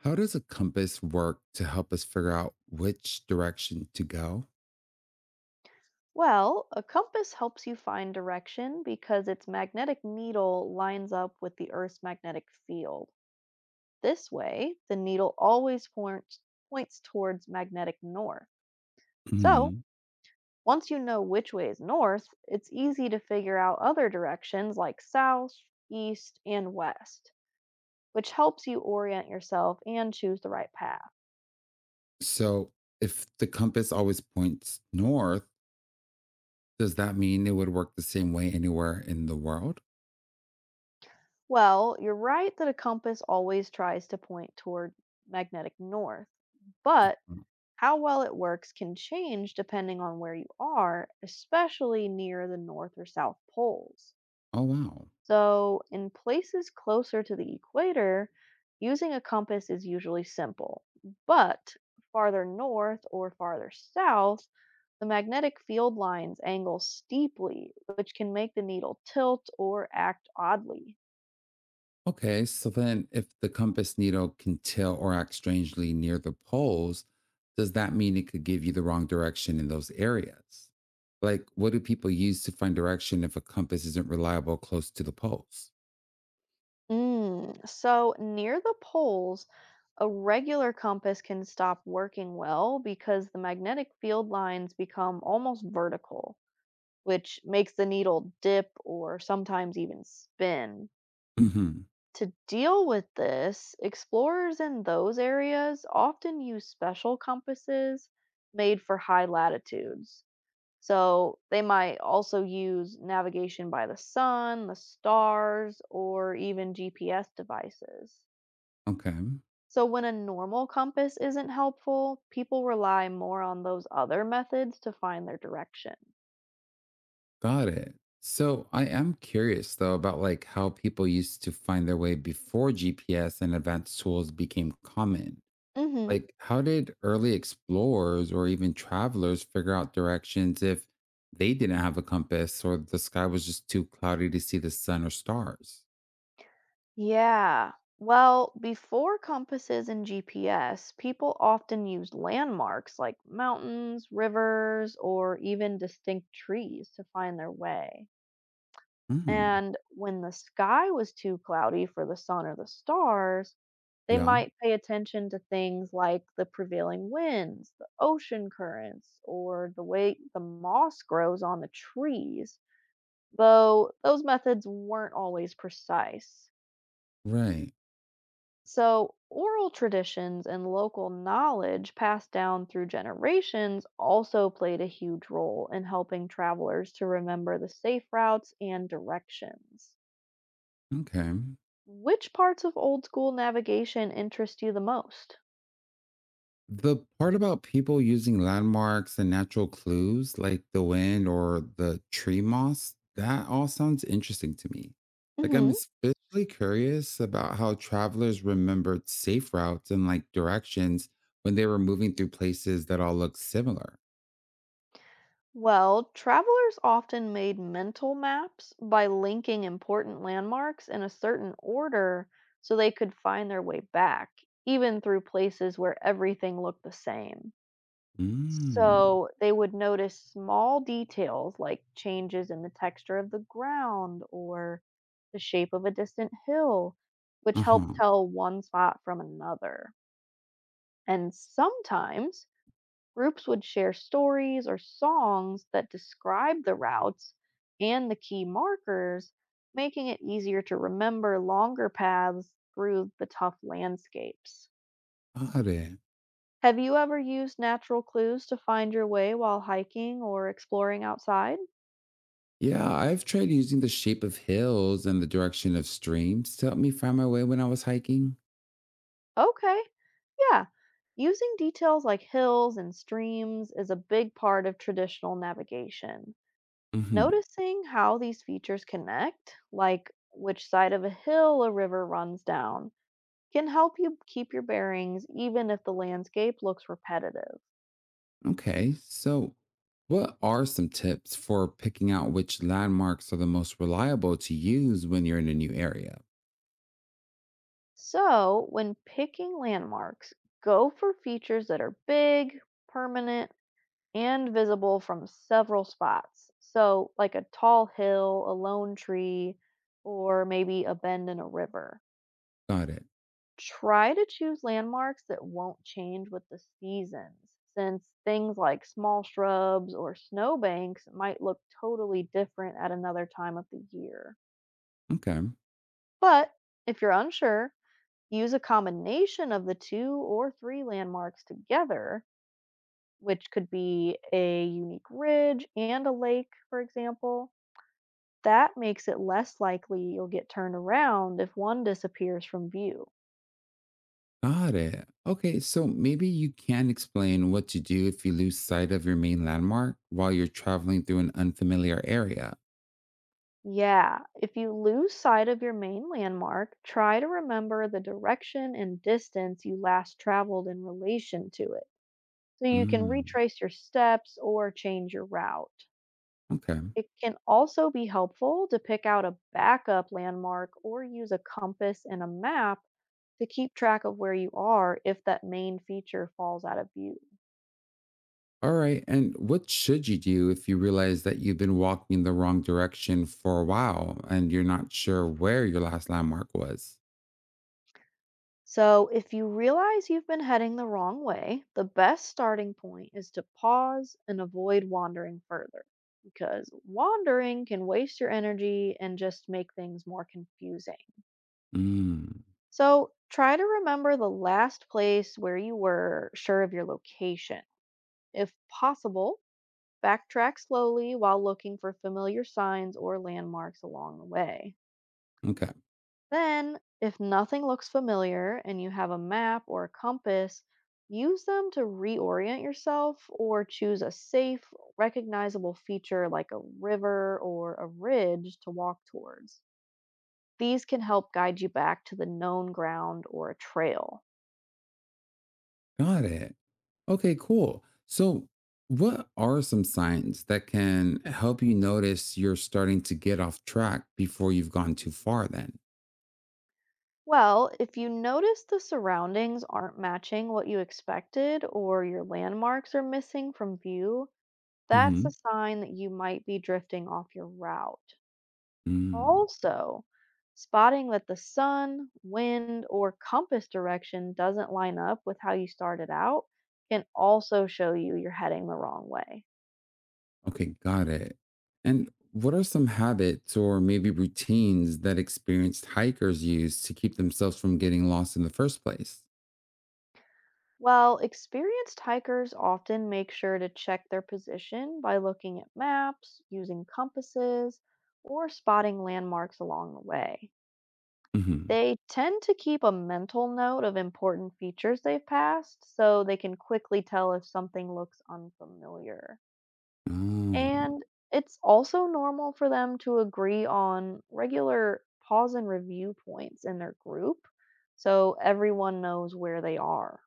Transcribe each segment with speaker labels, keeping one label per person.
Speaker 1: How does a compass work to help us figure out which direction to go?
Speaker 2: Well, a compass helps you find direction because its magnetic needle lines up with the Earth's magnetic field. This way, the needle always points towards magnetic north. So,
Speaker 1: Hmm.
Speaker 2: once you know which way is north, it's easy to figure out other directions like south, east, and west, which helps you orient yourself and choose the right path.
Speaker 1: So, if the compass always points north, does that mean it would work the same way anywhere in the world?
Speaker 2: Well, you're right that a compass always tries to point toward magnetic north, but
Speaker 1: Mm.
Speaker 2: How well it works can change depending on where you are, especially near the North or South poles.
Speaker 1: Oh, wow.
Speaker 2: So, in places closer to the equator, using a compass is usually simple. But farther north or farther south, the magnetic field lines angle steeply, which can make the needle tilt or act oddly.
Speaker 1: Okay, so then if the compass needle can tilt or act strangely near the poles, does that mean it could give you the wrong direction in those areas? Like, what do people use to find direction if a compass isn't reliable close to the poles?
Speaker 2: So, near the poles, a regular compass can stop working well because the magnetic field lines become almost vertical, which makes the needle dip or sometimes even spin.
Speaker 1: Hmm.
Speaker 2: To deal with this, explorers in those areas often use special compasses made for high latitudes. So they might also use navigation by the sun, the stars, or even GPS devices.
Speaker 1: Okay.
Speaker 2: So, when a normal compass isn't helpful, people rely more on those other methods to find their direction.
Speaker 1: Got it. So I am curious though about like how people used to find their way before GPS and advanced tools became common.
Speaker 2: hmm
Speaker 1: Like how did early explorers or even travelers figure out directions if they didn't have a compass or the sky was just too cloudy to see the sun or stars?
Speaker 2: Yeah. Well, before compasses and GPS, people often used landmarks like mountains, rivers, or even distinct trees to find their way.
Speaker 1: Hmm.
Speaker 2: And when the sky was too cloudy for the sun or the stars, they
Speaker 1: Yeah.
Speaker 2: might pay attention to things like the prevailing winds, the ocean currents, or the way the moss grows on the trees, though those methods weren't always precise.
Speaker 1: Right.
Speaker 2: So, oral traditions and local knowledge passed down through generations also played a huge role in helping travelers to remember the safe routes and directions.
Speaker 1: Okay.
Speaker 2: Which parts of old school navigation interest you the most?
Speaker 1: The part about people using landmarks and natural clues like the wind or the tree moss, that all sounds interesting to me. Like, I'm
Speaker 2: hmm
Speaker 1: especially curious about how travelers remembered safe routes and like directions when they were moving through places that all look similar.
Speaker 2: Well, travelers often made mental maps by linking important landmarks in a certain order so they could find their way back, even through places where everything looked the same.
Speaker 1: Mm.
Speaker 2: So they would notice small details like changes in the texture of the ground or the shape of a distant hill, which
Speaker 1: Uh
Speaker 2: helped
Speaker 1: huh.
Speaker 2: tell one spot from another. And sometimes groups would share stories or songs that describe the routes and the key markers, making it easier to remember longer paths through the tough landscapes.
Speaker 1: Got it.
Speaker 2: Have you ever used natural clues to find your way while hiking or exploring outside?
Speaker 1: Yeah, I've tried using the shape of hills and the direction of streams to help me find my way when I was hiking.
Speaker 2: Okay, yeah. Using details like hills and streams is a big part of traditional navigation.
Speaker 1: Mm hmm.
Speaker 2: Noticing how these features connect, like which side of a hill a river runs down, can help you keep your bearings even if the landscape looks repetitive.
Speaker 1: Okay, so what are some tips for picking out which landmarks are the most reliable to use when you're in a new area?
Speaker 2: So, when picking landmarks, go for features that are big, permanent, and visible from several spots. So, like a tall hill, a lone tree, or maybe a bend in a river.
Speaker 1: Got it.
Speaker 2: Try to choose landmarks that won't change with the seasons, since things like small shrubs or snowbanks might look totally different at another time of the year.
Speaker 1: Okay,
Speaker 2: But if you're unsure, use a combination of the two or three landmarks together, which could be a unique ridge and a lake, for example. That makes it less likely you'll get turned around if one disappears from view.
Speaker 1: got it. Okay, so maybe you can explain what to do if you lose sight of your main landmark while you're traveling through an unfamiliar area.
Speaker 2: Yeah, if you lose sight of your main landmark, try to remember the direction and distance you last traveled in relation to it so you can
Speaker 1: Mm,
Speaker 2: retrace your steps or change your route.
Speaker 1: okay,
Speaker 2: It can also be helpful to pick out a backup landmark or use a compass and a map to keep track of where you are if that main feature falls out of view.
Speaker 1: all right. And what should you do if you realize that you've been walking in the wrong direction for a while and you're not sure where your last landmark was?
Speaker 2: So, if you realize you've been heading the wrong way, the best starting point is to pause and avoid wandering further because wandering can waste your energy and just make things more confusing.
Speaker 1: Mm,
Speaker 2: So, try to remember the last place where you were sure of your location. If possible, backtrack slowly while looking for familiar signs or landmarks along the way.
Speaker 1: okay,
Speaker 2: Then, if nothing looks familiar and you have a map or a compass, use them to reorient yourself or choose a safe, recognizable feature like a river or a ridge to walk towards. These can help guide you back to the known ground or a trail.
Speaker 1: got it. Okay, cool. So, what are some signs that can help you notice you're starting to get off track before you've gone too far then?
Speaker 2: Well, if you notice the surroundings aren't matching what you expected or your landmarks are missing from view, that's
Speaker 1: Hmm.
Speaker 2: a sign that you might be drifting off your route.
Speaker 1: Mm,
Speaker 2: Also, spotting that the sun, wind, or compass direction doesn't line up with how you started out can also show you you're heading the wrong way.
Speaker 1: okay, got it. And what are some habits or maybe routines that experienced hikers use to keep themselves from getting lost in the first place?
Speaker 2: Well, experienced hikers often make sure to check their position by looking at maps, using compasses, or spotting landmarks along the way.
Speaker 1: Hmm.
Speaker 2: They tend to keep a mental note of important features they've passed so they can quickly tell if something looks unfamiliar.
Speaker 1: Oh.
Speaker 2: And it's also normal for them to agree on regular pause and review points in their group so everyone knows where they are.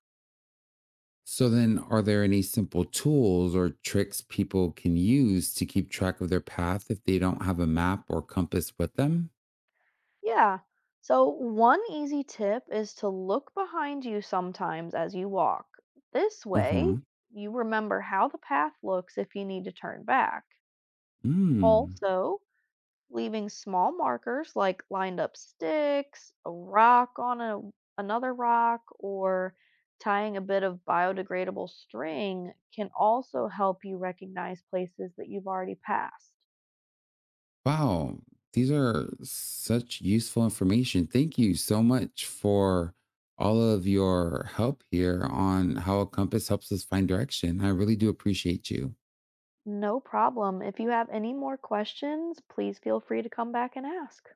Speaker 1: So, then are there any simple tools or tricks people can use to keep track of their path if they don't have a map or compass with them?
Speaker 2: Yeah. So, one easy tip is to look behind you sometimes as you walk. This way,
Speaker 1: Uh-huh.
Speaker 2: you remember how the path looks if you need to turn back.
Speaker 1: Mm.
Speaker 2: Also, leaving small markers like lined up sticks, a rock on a, another rock, or tying a bit of biodegradable string can also help you recognize places that you've already passed.
Speaker 1: Wow. These are such useful information. Thank you so much for all of your help here on how a compass helps us find direction. I really do appreciate you.
Speaker 2: No problem. If you have any more questions, please feel free to come back and ask.